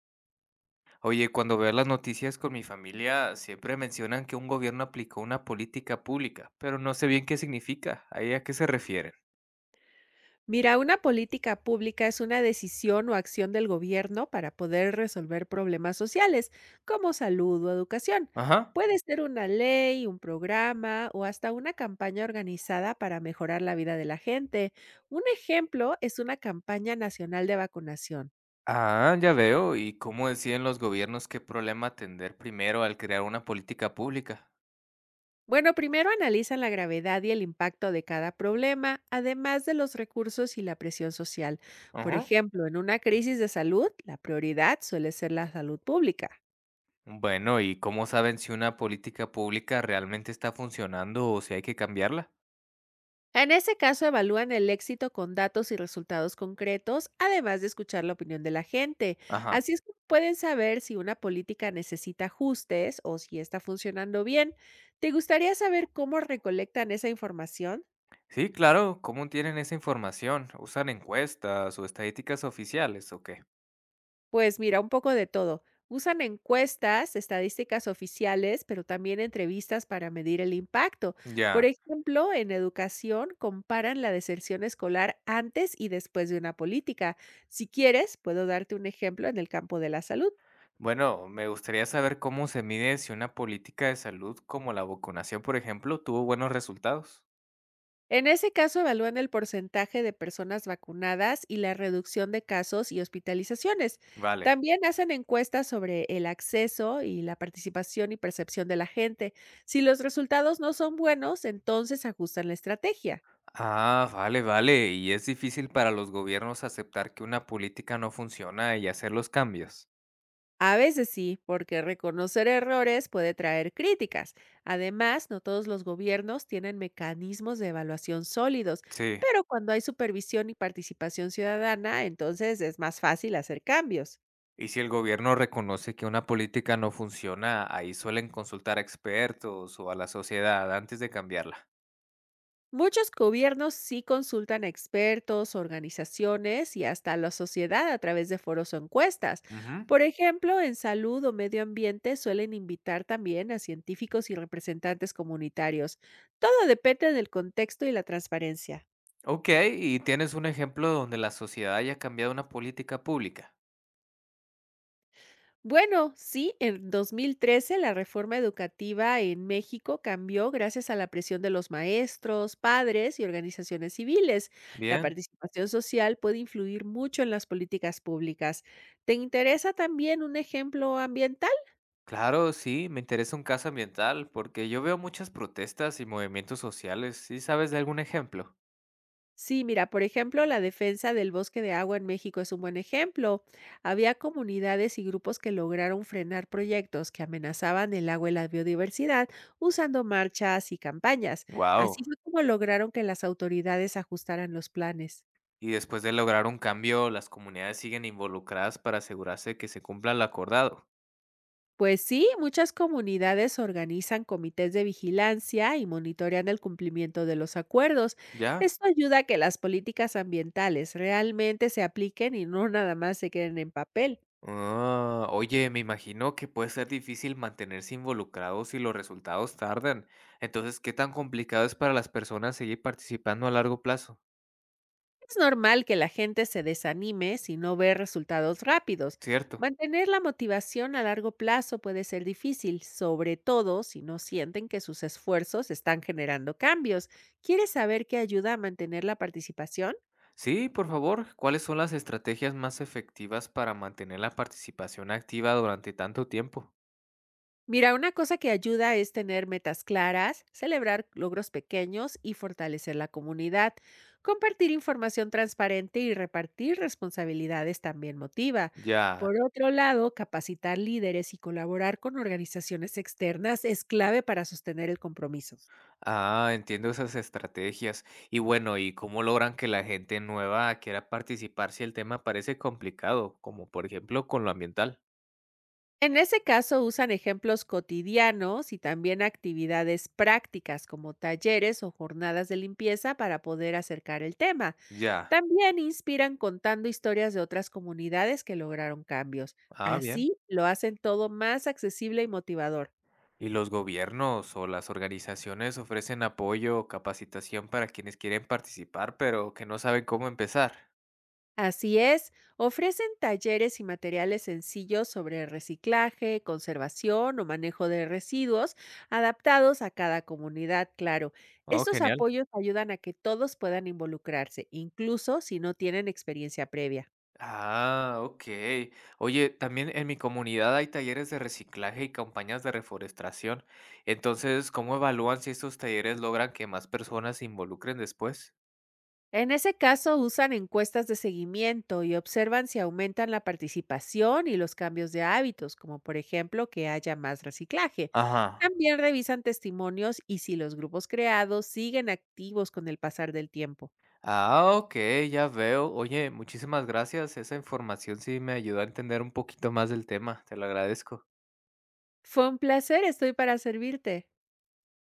Oye, cuando veo las noticias con mi familia, siempre mencionan que un gobierno aplicó una política pública, pero no sé bien qué significa, ahí a qué se refieren. Mira, una política pública es una decisión o acción del gobierno para poder resolver problemas sociales, como salud o educación. Ajá. Puede ser una ley, un programa o hasta una campaña organizada para mejorar la vida de la gente. Un ejemplo es una campaña nacional de vacunación. Ah, ya veo. ¿Y cómo deciden los gobiernos qué problema atender primero al crear una política pública? Bueno, primero analizan la gravedad y el impacto de cada problema, además de los recursos y la presión social. Por Ajá. ejemplo, en una crisis de salud, la prioridad suele ser la salud pública. Bueno, ¿y cómo saben si una política pública realmente está funcionando o si hay que cambiarla? En ese caso, evalúan el éxito con datos y resultados concretos, además de escuchar la opinión de la gente. Ajá. Así es como pueden saber si una política necesita ajustes o si está funcionando bien. ¿Te gustaría saber cómo recolectan esa información? Sí, claro. ¿Cómo tienen esa información? ¿Usan encuestas o estadísticas oficiales o qué? Pues mira, un poco de todo. Usan encuestas, estadísticas oficiales, pero también entrevistas para medir el impacto. Ya. Por ejemplo, en educación comparan la deserción escolar antes y después de una política. Si quieres, puedo darte un ejemplo en el campo de la salud. Bueno, me gustaría saber cómo se mide si una política de salud como la vacunación, por ejemplo, tuvo buenos resultados. En ese caso, evalúan el porcentaje de personas vacunadas y la reducción de casos y hospitalizaciones. Vale. También hacen encuestas sobre el acceso y la participación y percepción de la gente. Si los resultados no son buenos, entonces ajustan la estrategia. Ah, vale. ¿Y es difícil para los gobiernos aceptar que una política no funciona y hacer los cambios? A veces sí, porque reconocer errores puede traer críticas. Además, no todos los gobiernos tienen mecanismos de evaluación sólidos, Sí. pero cuando hay supervisión y participación ciudadana, entonces es más fácil hacer cambios. Y si el gobierno reconoce que una política no funciona, ahí suelen consultar a expertos o a la sociedad antes de cambiarla. Muchos gobiernos sí consultan a expertos, organizaciones y hasta la sociedad a través de foros o encuestas. Ujú. Por ejemplo, en salud o medio ambiente suelen invitar también a científicos y representantes comunitarios. Todo depende del contexto y la transparencia. Ok, ¿y tienes un ejemplo donde la sociedad haya cambiado una política pública? Bueno, sí, en 2013 la reforma educativa en México cambió gracias a la presión de los maestros, padres y organizaciones civiles. La Bien. participación social puede influir mucho en las políticas públicas. ¿Te interesa también un ejemplo ambiental? Claro, sí, me interesa un caso ambiental porque yo veo muchas protestas y movimientos sociales. ¿Sí sabes de algún ejemplo? Sí, mira, por ejemplo, la defensa del bosque de agua en México es un buen ejemplo. Había comunidades y grupos que lograron frenar proyectos que amenazaban el agua y la biodiversidad usando marchas y campañas. Wow. Así fue como lograron que las autoridades ajustaran los planes. Y después de lograr un cambio, las comunidades siguen involucradas para asegurarse que se cumpla lo acordado. Pues sí, muchas comunidades organizan comités de vigilancia y monitorean el cumplimiento de los acuerdos. ¿Ya? Esto ayuda a que las políticas ambientales realmente se apliquen y no nada más se queden en papel. Ah, oye, me imagino que puede ser difícil mantenerse involucrados si los resultados tardan. Entonces, ¿qué tan complicado es para las personas seguir participando a largo plazo? Es normal que la gente se desanime si no ve resultados rápidos. ¿Cierto? Mantener la motivación a largo plazo puede ser difícil, sobre todo si no sienten que sus esfuerzos están generando cambios. ¿Quieres saber qué ayuda a mantener la participación? Sí, por favor, ¿cuáles son las estrategias más efectivas para mantener la participación activa durante tanto tiempo? Mira, una cosa que ayuda es tener metas claras, celebrar logros pequeños y fortalecer la comunidad. Compartir información transparente y repartir responsabilidades también motiva. Ya, Por otro lado, capacitar líderes y colaborar con organizaciones externas es clave para sostener el compromiso. ah, entiendo esas estrategias. Y bueno, ¿y cómo logran que la gente nueva quiera participar si el tema parece complicado, como por ejemplo con lo ambiental? En ese caso, usan ejemplos cotidianos y también actividades prácticas como talleres o jornadas de limpieza para poder acercar el tema. Ya, También inspiran contando historias de otras comunidades que lograron cambios. ah, bien. Así lo hacen todo más accesible y motivador. ¿Y los gobiernos o las organizaciones ofrecen apoyo o capacitación para quienes quieren participar, pero que no saben cómo empezar? Así es, ofrecen talleres y materiales sencillos sobre reciclaje, conservación o manejo de residuos, adaptados a cada comunidad, claro. Oh, Estos genial. apoyos ayudan a que todos puedan involucrarse, incluso si no tienen experiencia previa. Ah, ok. Oye, también en mi comunidad hay talleres de reciclaje y campañas de reforestación. Entonces, ¿cómo evalúan si estos talleres logran que más personas se involucren después? En ese caso, usan encuestas de seguimiento y observan si aumentan la participación y los cambios de hábitos, como por ejemplo que haya más reciclaje. Ajá. También revisan testimonios y si los grupos creados siguen activos con el pasar del tiempo. Ah, ok, ya veo. Oye, muchísimas gracias. Esa información sí me ayudó a entender un poquito más del tema. Te lo agradezco. Fue un placer, estoy para servirte.